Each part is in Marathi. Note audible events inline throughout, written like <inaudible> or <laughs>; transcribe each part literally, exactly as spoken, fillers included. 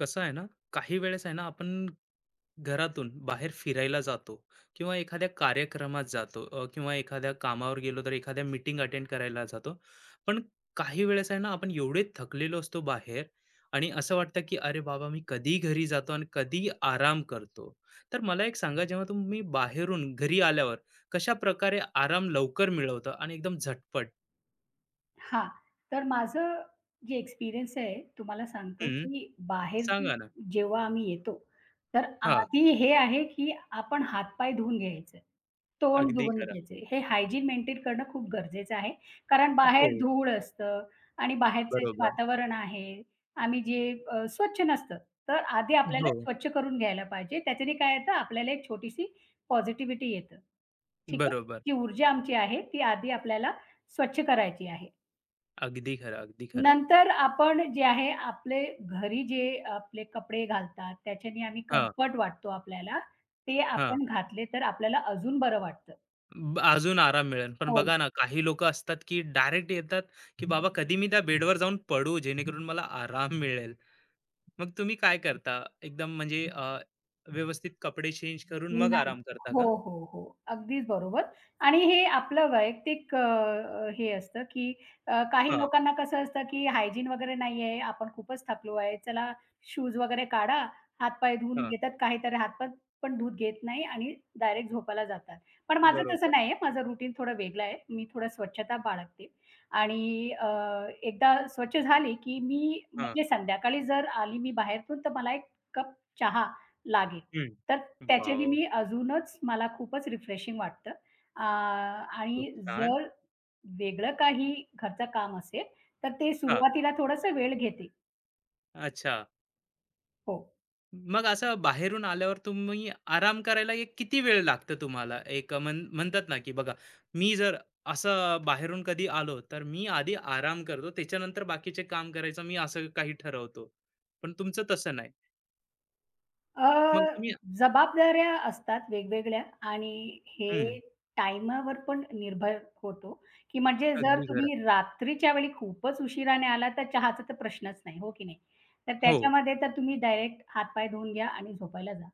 कसं आहे ना? काही वेळेस आहे ना आपण घरातून बाहेर फिरायला जातो, किंवा एखाद्या कार्यक्रमात जातो, अ, किंवा एखाद्या कामावर गेलो तर एखाद्या मीटिंग अटेंड करायला जातो. पण काही वेळेस आहे ना आपण एवढे थकलेलो असतो बाहेर, आणि असं वाटतं की अरे बाबा मी कधी घरी जातो आणि कधी आराम करतो. तर मला एक सांगा, जेव्हा तुम्ही बाहेरून घरी आल्यावर कशा प्रकारे आराम लवकर मिळवता आणि एकदम झटपट? हां. तर माझं जे एक्सपिरियन्स आहे तुम्हाला सांगतो, हम्म, की बाहेर सांगा ना. जेव्हा आम्ही येतो, तर हा. आधी हे आहे, की आपण हात-पाय धुवून घ्यायचं, तोंड अगदी धुवून खरं. घ्यायचं. हे हायजीन मेंटेन करणं खूप गरजेचं आहे. कारण हो. बाहेर धूळ असतं आणि बाहेरचं जे बरोबर. वातावरण आहे, आम्ही जे अ, स्वच्छ नसतं. तर आधी आपल्याला हो. स्वच्छ करून घ्यायला पाहिजे. त्याच्याने काय येतं आपल्याला एक छोटीशी पॉझिटिव्हिटी येतं. ठीक आहे? बरोबर. जी ऊर्जा आमची आहे, ती आधी आपल्याला स्वच्छ करायची आहे. अगदी खरं, अगदी खरं. नंतर आपण जे आहे आपले घरी जे आपले कपडे घालतात, त्याच्याने आम्ही हां. कम्फर्ट वाटतो आपल्याला, ते हां. आपण घातले तर आपल्याला अजून बरं वाटतं. ब अजून आराम मिळेल. पण हो. बघा ना, काही लोकं असतात, की डायरेक्ट येतात, की "बाबा कधी मी त्या बेडवर जाऊन पडू, जेणेकरून मला आराम मिळेल." मग तुम्ही काय करता? एकदम म्हणजे अ, व्यवस्थित कपडे चेंज करून मग नाही. आराम करता हो, का? हो, हो. अगदीच बरोबर आणि हे आपलं वैयक्तिक अ, अ, हे असतं, की अ, काही हां. लोकांना कसं असतं, की हायजीन वगैरे नाही आहे, आपण खूपच थकलो आहे, चला शूज वगैरे काढा, हात-पाय धुवून हां. घेतात, काहीतरी हात-पाय पण धूत घेत नाही आणि डायरेक्ट झोपायला जातात. पण माझं तसं बरोबर. नाही, माझं रुटीन थोडं वेगळं आहे. मी थोडं स्वच्छता बाळगते आणि अ, एकदा स्वच्छ झाली, की मी हां. म्हणजे संध्याकाळी जर आली मी बाहेरून, तर मला एक कप चहा लागेल. हं. तर त्याच्याने वॉव! मी अजूनच मला खूपच रिफ्रेशिंग वाटतं. अ, खूप आणि छान. जर वेगळं काही घरचं काम असेल, तर ते हां. सुरुवातीला थोडंसं वेळ घेते. अच्छा. हो. मग असं बाहेरून आल्यावर तुम्ही आराम करायला एक किती वेळ लागतं तुम्हाला? एक म्हण म्हणतात ना, की बघा, मी जर असं बाहेरून कधी आलो, तर मी आधी आराम करतो, त्याच्यानंतर बाकीचे काम करायचं मी असं काही ठरवतो. पण तुमचं तसं नाही. अ, मग तुम्ही? जबाबदाऱ्या असतात वेगवेगळ्या आणि हं. हे टाईमावर पण निर्भर होतो, की म्हणजे जर अगदी खरं. तुम्ही रात्रीच्या वेळी खूपच उशिराने आला तर चहाचा तर प्रश्नच नाही, हो की नाही? तर हो, त्याच्यामध्ये तर तुम्ही डायरेक्ट हातपाय धुवून घ्या आणि झोपायला जा.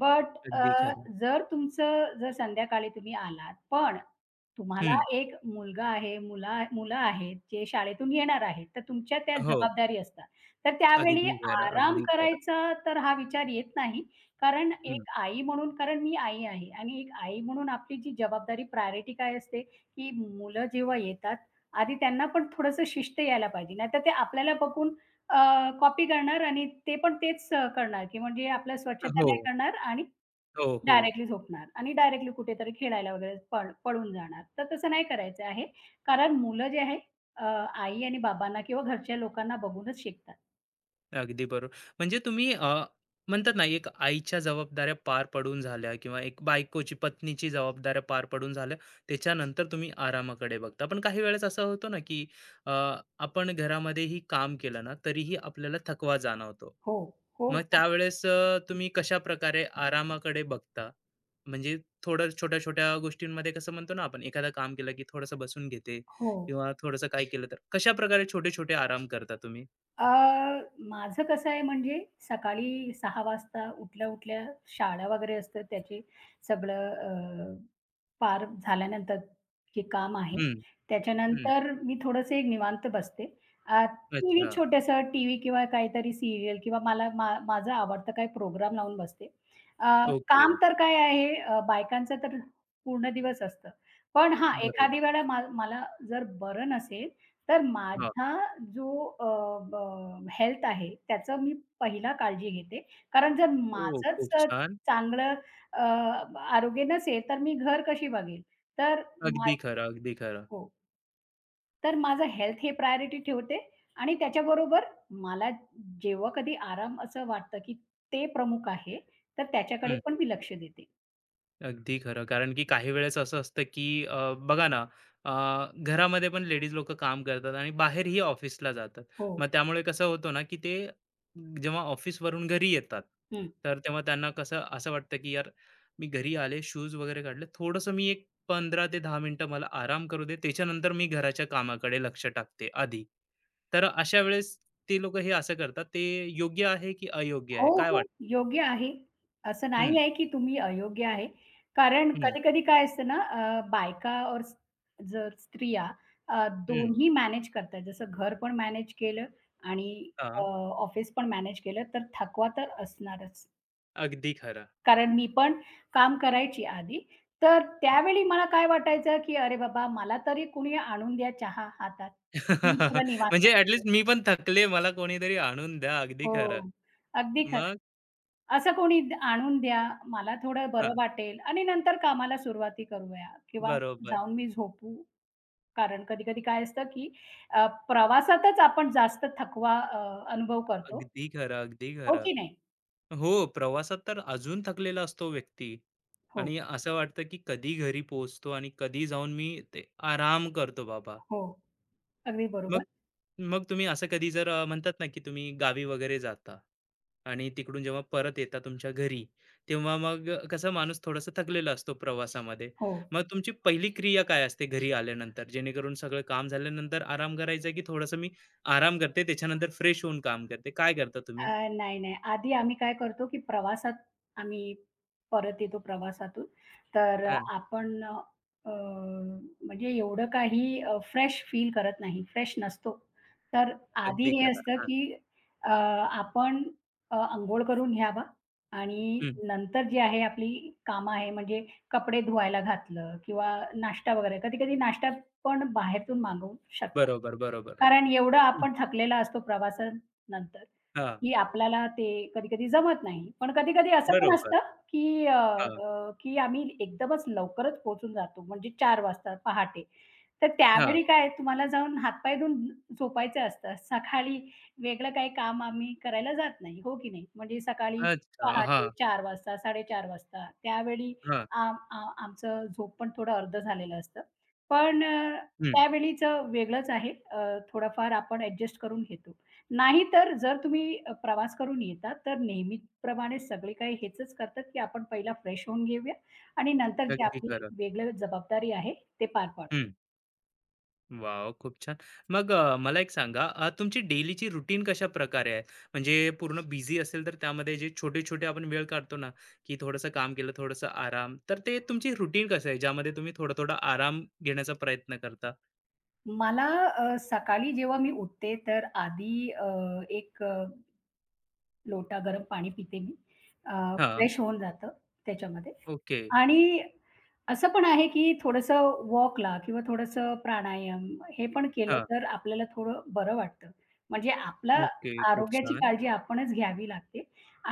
बट अ, अगदी खरं. जर तुमचं जर संध्याकाळी तुम्ही आलात, पण तुम्हाला हं, एक मुलगा आहे, मुला मुलं आहेत जे शाळेतून येणार आहेत, तर तुमच्या त्या हो. जबाबदारी असतात. तर त्यावेळी अगदी खरं, आराम अगदी खरं. करायचा तर हा विचार येत नाही. कारण हं, एक आई म्हणून, कारण मी आई आहे आणि एक आई म्हणून आपली जी जबाबदारी प्रायोरिटी काय असते, की मुलं जेव्हा येतात, आधी त्यांना पण थोडंसं शिस्त यायला पाहिजे. नाहीतर ते आपल्याला बघून कॉपी करणार आणि ते पण तेच अ, करणार, की म्हणजे आपल्या स्वच्छता नाही हो, करणार आणि हो, हो. डायरेक्टली झोपणार आणि डायरेक्टली कुठेतरी खेळायला वगैरे पळ पळून जाणार. तर तसं नाही करायचं आहे. कारण मुलं जे आहे अ, आई आणि बाबांना किंवा घरच्या लोकांना बघूनच शिकतात. अगदी बरोबर. म्हणजे तुम्ही अ, म्हणतात ना, एक आईच्या जबाबदाऱ्या पार पडून झाल्या किंवा एक बायकोची, पत्नीची जबाबदाऱ्या पार पडून झाल्या, त्याच्यानंतर तुम्ही आरामाकडे बघता. पण काही वेळेस असं होतं ना, की अ, आपण घरामध्येही काम केलं ना, तरीही आपल्याला थकवा जाणवतो. हो, हो, मग त्यावेळेस अ, तुम्ही कशाप्रकारे आरामाकडे बघता? म्हणजे थोडं छोट्या-छोट्या गोष्टींमध्ये कसं म्हणतो ना आपण, एखादं काम केलं की थोडंसं बसून घेते, हो. किंवा थोडंसं काय केलं तर कशाप्रकारे छोटे-छोटे आराम करता तुम्ही? अ, माझं कसं आहे म्हणजे सकाळी सहा वाजता उठल्या-उठल्या शाळा वगैरे असतं, त्याचे सगळं अ, पार झाल्यानंतर जे काम आहे, हं. त्याच्यानंतर मी थोडंसं एक निवांत बसते. अ, टीव्ही, अच्छा. छोटंसं टीव्ही किंवा काहीतरी सीरियल किंवा मला मा माझं आवडतं काही प्रोग्राम लावून बसते. अ, ओके. काम तर काय आहे, अ, बायकांचं तर पूर्ण दिवस असतं. पण हां, बरोबर. एखादी वेळा मा मला जर बरं नसेल, तर हां. माझा जो हेल्थ आहे, त्याचं मी पहिला काळजी घेते. कारण जर ओह! माझंच खूप अ, छान. चांगलं अ, आरोग्य नसेल, तर मी घर कशी बघेल? तर मा अगदी खरं, अगदी खरं. हो. तर माझं हेल्थ हे प्रायोरिटी ठेवते आणि त्याच्याबरोबर मला जेव्हा कधी आराम असं वाटतं, की ते प्रमुख आहे, तर त्याच्याकडे पण मी लक्ष देते. अगदी खरं. कारण की काही वेळेस असं असतं की अ, बघा ना, अ, घरामध्ये पण लेडीज लोकं काम करतात आणि बाहेरही ऑफिसला जातात. हो. मग त्यामुळे कसं होतं ना, की ते जेव्हा ऑफिसवरून घरी येतात, हं. तर तेव्हा त्यांना कसं असं वाटतं की यार, मी घरी आले, शूज वगैरे काढले, थोडंसं मी एक पंधरा ते दहा मिनिटं मला आराम करू दे, त्याच्यानंतर मी घराच्या कामाकडे लक्ष टाकते आधी. तर अशा वेळेस ते लोकं हे असं करतात. ते योग्य आहे की अयोग्य आहे? हो, काय वाटतं? हो. योग्य आहे. असं हं. नाही आहे, की तुम्ही अयोग्य आहे. कारण हं. कधी-कधी काय असतं ना, अ, बायका और जर स्त्रिया अ, हं. दोन्ही मॅनेज करतात. जसं घर पण मॅनेज केलं आणि अ, हां, ऑफिस पण मॅनेज केलं, तर थकवा तर असणारच. अगदी खरं. कारण मी पण काम करायची आधी. तर त्यावेळी मला काय वाटायचं, की "अरे बाबा, मला तरी कुणी आणून द्या चहा हातात. मी थोडं <laughs> निवांत म्हणजे ॲट बसते." मी पण थकले, मला कोणीतरी आणून द्या. अगदी खरं. हो. अगदी खरं. मग. असं कोणी द आणून द्या, मला थोडं बरं हां. वाटेल आणि नंतर कामाला सुरुवाती करूया किंवा बरोबर. जाऊन मी झोपू. कारण कधी-कधी काय असतं, की अ, प्रवासातच आपण जास्त थकवा अ, अनुभव करतो. अगदी खरं, अगदी हो खरं. की नाही? हो, प्रवासात तर अजून थकलेला असतो व्यक्ती. हो, आणि असं वाटतं, की कधी घरी पोहोचतो आणि कधी जाऊन मी ते आराम करतो बाबा. हो. अगदी बरोबर. मग, मग तुम्ही असं कधी जर अ, म्हणतात ना, की तुम्ही गावी वगैरे जाता आणि तिकडून जेव्हा परत येता तुमच्या घरी, तेव्हा मग कसा माणूस थोडासा थकलेला असतो प्रवासामध्ये. हो. मग तुमची पहिली क्रिया काय असते घरी आल्यानंतर? जेणेकरून सगळं काम झाल्यानंतर आराम करायचा की थोडंसं मी आराम करते, त्याच्यानंतर फ्रेश होऊन काम करते. काय करता तुम्ही? अ, नाही, नाही. आधी आम्ही काय करतो, की प्रवासात आम्ही परत येतो प्रवासातून. तर अ, हां, आपण अ, अ, म्हणजे एवढं काही फ्रेश फील करत नाही, फ्रेश नसतो. तर आधी अगदी हे खरं. असतं, हां. की अ, आपण अ, अंघोळ करून घ्यावा आणि हं. नंतर जी आहे आपली कामं आहे, म्हणजे कपडे धुवायला घातलं किंवा नाश्ता वगैरे. कधी-कधी नाश्ता पण बाहेरून मागवू शकतो. बरोबर, बरोबर. कारण एवढं हं. आपण थकलेला असतो प्रवासानंतर. हां. की आपल्याला ते कधी-कधी जमत नाही. पण कधी-कधी असं पण बरोबर. असतं, की अ, हां. अ, की आम्ही एकदमच लवकरच पोहोचून जातो. म्हणजे चार वाजता पहाटे. तर हां. त्यावेळी काय तुम्हाला जाऊन हातपाय धुवून झोपायचं असतं. सकाळी वेगळं काही काम आम्ही करायला जात नाही, हो की नाही? म्हणजे सकाळी अच्छा. पहाटे हां. चार वाजता, साडेचार वाजता त्यावेळी हां. आम आ आमचं झोप पण थोडं अर्धं झालेलं असतं. पण अ, हं. त्यावेळीचं वेगळंच आहे. अ, थोडंफार आपण ॲडजस्ट करून घेतो. नाहीतर जर तुम्ही अ, प्रवास करून येता, तर नेहमीप्रमाणे सगळे काही हेचच करतात, की आपण पहिला फ्रेश होऊन घेऊया आणि नंतर जी अगदी आपली खरं. वेगळी जबाबदारी आहे, ते पार पाडू. हं. वॉव! खूप छान. मग अ, मला एक सांगा, अ, तुमची डेलीची रुटीन कशा प्रकारे आहे? म्हणजे पूर्ण बिझी असेल, तर त्यामध्ये जे छोटे-छोटे आपण वेळ काढतो ना, की थोडंसं काम केलं, थोडंसं आराम, तर ते तुमची रुटीन कसं आहे, ज्यामध्ये तुम्ही थोडा-थोडा आराम घेण्याचा प्रयत्न करता? मला अ, सकाळी जेव्हा मी उठते, तर आधी अ, एक अ, लोटा गरम पाणी पिते मी. अ, हां. फ्रेश होऊन जातं त्याच्यामध्ये. ओके. आणि असं पण आहे, की थोडंसं वॉकला किंवा थोडंसं प्राणायाम हे पण केलं हां. तर आपल्याला थोडं बरं वाटतं. म्हणजे आपला ओके. खूप आरोग्याची छान. काळजी आपणच घ्यावी लागते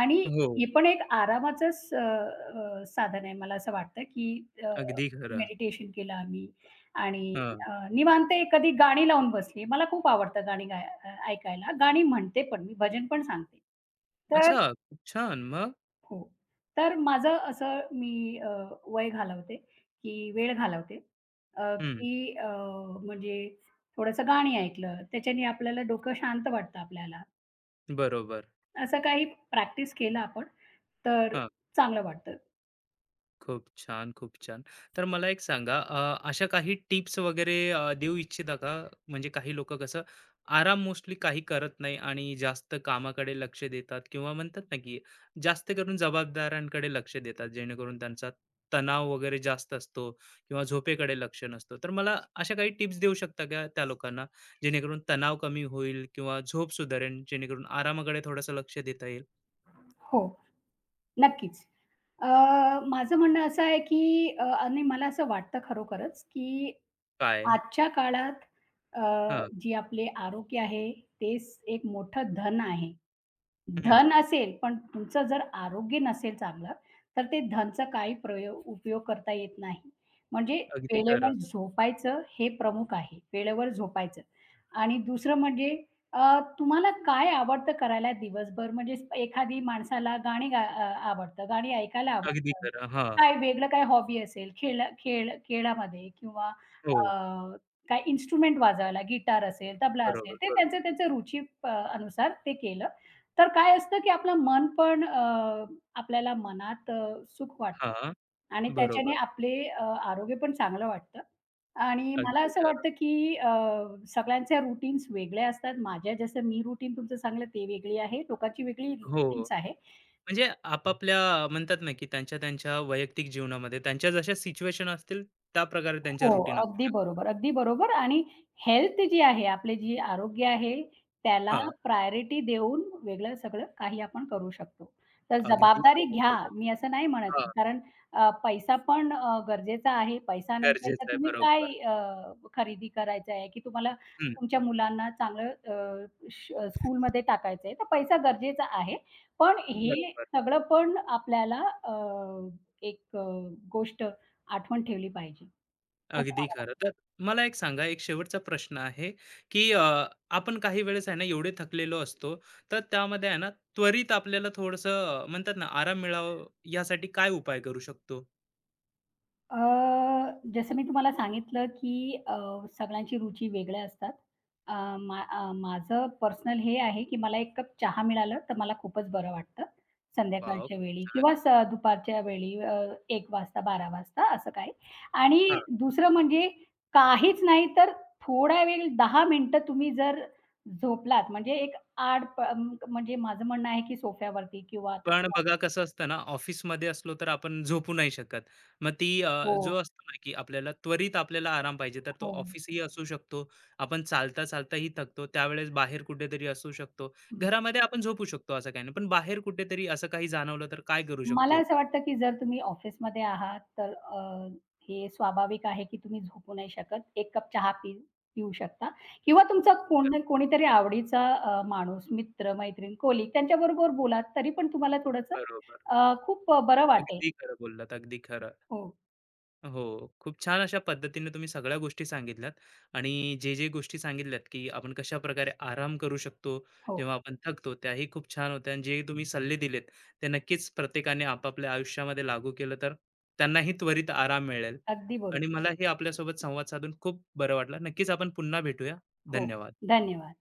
आणि हो. हे पण एक आरामाचंच अ, अ, साधन आहे, मला असं वाटतं, की अगदी खरं. मेडिटेशन केलं आम्ही आणि हां. अ, निवांत एखादी गाणी लावून बसली. मला खूप आवडतं गाणी गाय अ, ऐकायला. गाणी म्हणते पण मी, भजन पण सांगते. तर अच्छा, खूप छान. मग? हो. तर माझं असं मी अ, वय घालवते, की वेळ घालवते, अ, हं. की अ, म्हणजे थोडंसं गाणी ऐकलं, त्याच्याने आपल्याला डोकं शांत वाटतं आपल्याला. बरोबर. असं काही प्रॅक्टिस केलं आपण, तर चांगलं वाटतं. खूप छान, खूप छान. तर मला एक सांगा, अ, अशा काही टिप्स वगैरे अ, देऊ इच्छिता का? म्हणजे काही लोकं कसं आराम मोस्टली काही करत नाही आणि जास्त कामाकडे लक्ष देतात, किंवा म्हणतात ना, की जास्त करून जबाबदाऱ्यांकडे लक्ष देतात, जेणेकरून त्यांचा तणाव वगैरे जास्त असतो किंवा झोपेकडे लक्ष नसतं. तर मला अशा काही टिप्स देऊ शकता का त्या लोकांना, जेणेकरून तणाव कमी होईल किंवा झोप सुधारेल, जेणेकरून आरामाकडे थोडंसं लक्ष देता येईल? हो, नक्कीच. अ, माझं म्हणणं असं आहे, की अ, आणि मला असं वाटतं खरोखरच, की काय? आजच्या काळात अ, हां. जी आपले आरोग्य आहे, तेच एक मोठं धन आहे. हं. धन असेल, पण तुमचं जर आरोग्य नसेल चांगलं, तर ते धनचा काही प्रयोग उपयोग करता येत नाही. म्हणजे अगदी खरं, वेळेवर झोपायचं हे प्रमुख आहे. वेळेवर झोपायचं आणि दुसरं म्हणजे अ, तुम्हाला काय आवडतं करायला दिवसभर? म्हणजे एखादी माणसाला गाणी गा अ, आवडतं, गाणी ऐकायला अगदी आवडतं. खरं. हां. काय वेगळं, काय हॉबी असेल, खेळ खेळ खेळामध्ये किंवा हो, अ, काय इन्स्ट्रुमेंट वाजवायला, गिटार असेल, तबला असेल, बरोबर, ते बरोबर. त्यांचं त्यांचं रुची अ, अनुसार ते केलं तर काय असतं, की आपलं मन पण अ, आपल्याला मनात अ, सुख वाटतं हां, आणि त्याच्याने बरोबर. आपले अ, आरोग्य पण चांगलं वाटतं आणि मला अगदी असं खरं. वाटतं, की अ, सगळ्यांच्या रूटीन्स वेगळ्या असतात. माझ्या जसं मी रूटीन तुमचं सांगितलं ते वेगळी आहे. लोकांची वेगळी हो, रूटीन्स आहे. म्हणजे आपापल्या म्हणतात ना, की त्यांच्या त्यांच्या वैयक्तिक जीवनामध्ये त्यांच्या जशा सिच्युएशन असतील त्या प्रकारे त्यांच्या हो, रुटीन असू अगदी शकतात. बरोबर, अगदी बरोबर आणि हेल्थ जी आहे, आपले जी आरोग्य आहे, त्याला हां, प्रायोरिटी देऊन वेगळं सगळं काही आपण करू शकतो. तर अगदी जबाबदारी खरं घ्या, बोललात. मी असं नाही म्हणत हां, आहे. कारण अ, पैसा पण अ, गरजेचा आहे. पैसा नसेल तर गरजेचं आहे. तुम्ही बरोबर. काय अ, खरेदी करायचं आहे, की तुम्हाला हं. तुमच्या मुलांना चांगलं स्कूलमध्ये टाकायचं आहे, तर पैसा गरजेचा आहे. पण हे बरोबर. सगळं पण आपल्याला अ, एक अ, गोष्ट आठवण ठेवली पाहिजे. असं अगदी मला वाटतं. खरं. तर मला एक सांगा, एक शेवटचा प्रश्न आहे, की अ, आपण काही वेळेस आहे ना, एवढे थकलेलो असतो, तर त्यामध्ये आहे ना, त्वरित आपल्याला थोडंसं म्हणतात ना, आराम मिळावा यासाठी काय उपाय करू शकतो? अ, जसं मी तुम्हाला सांगितलं, की अ, सगळ्यांची रुची वेगळ्या असतात. अ, मा अ, माझं पर्सनल हे आहे, की मला एक कप चहा मिळालं, तर मला खूपच बरं वाटतं. वॉव! संध्याकाळच्या वेळी छान. किंवा स दुपारच्या वेळी, अ, एक वाजता, बारा वाजता असं काही. आणि दुसरं म्हणजे काहीच नाही तर थोडा वेळ दहा मिनिटं तुम्ही जर झोपलात, म्हणजे एक आड प म्हणजे माझं म्हणणं आहे, की सोफ्यावरती किंवा पण बघा कसं असतं ना, ऑफिसमध्ये असलो तर आपण झोपू नाही शकत. मग ती अ, जो हो, असतो ना, की आपल्याला त्वरित आपल्याला आराम पाहिजे, तर तो हो. ऑफिसही असू शकतो. आपण चालता-चालताही थकतो. त्यावेळेस बाहेर कुठेतरी असू शकतो. घरामध्ये आपण झोपू शकतो असं काही नाही. पण बाहेर कुठेतरी असं काही जाणवलं तर काय करू मला शकतो? असं वाटतं, की जर तुम्ही ऑफिसमध्ये आहात, तर अ, हे स्वाभाविक आहे, की तुम्ही झोपू नाही शकत. एक कप चहा पी पिऊ शकता किंवा तुमचा तर. कोण कोणीतरी आवडीचा अ, माणूस, मित्र, मैत्रीण, कोलीग त्यांच्याबरोबर बोला, तरी पण तुम्हाला थोडंसं बरोबर. अ, खूप बरं वाटेल. अगदी खरं बोललात. अगदी खरं. हो, हो. खूप छान अशा पद्धतीने तुम्ही सगळ्या गोष्टी सांगितल्यात, आणि जे, जे गोष्टी सांगितल्यात, की आपण कशाप्रकारे आराम करू शकतो हो. जेव्हा आपण थकतो, त्याही खूप छान होत्या, आणि जे तुम्ही सल्ले दिलेत, ते नक्कीच प्रत्येकाने आपापल्या आयुष्यामध्ये लागू केलं तर त्यांनाही त्वरित आराम मिळेल, अगदी आणि बरोबर. मलाही आपल्यासोबत संवाद साधून खूप बरं वाटलं. नक्कीच आपण पुन्हा भेटूया. हो. धन्यवाद. धन्यवाद.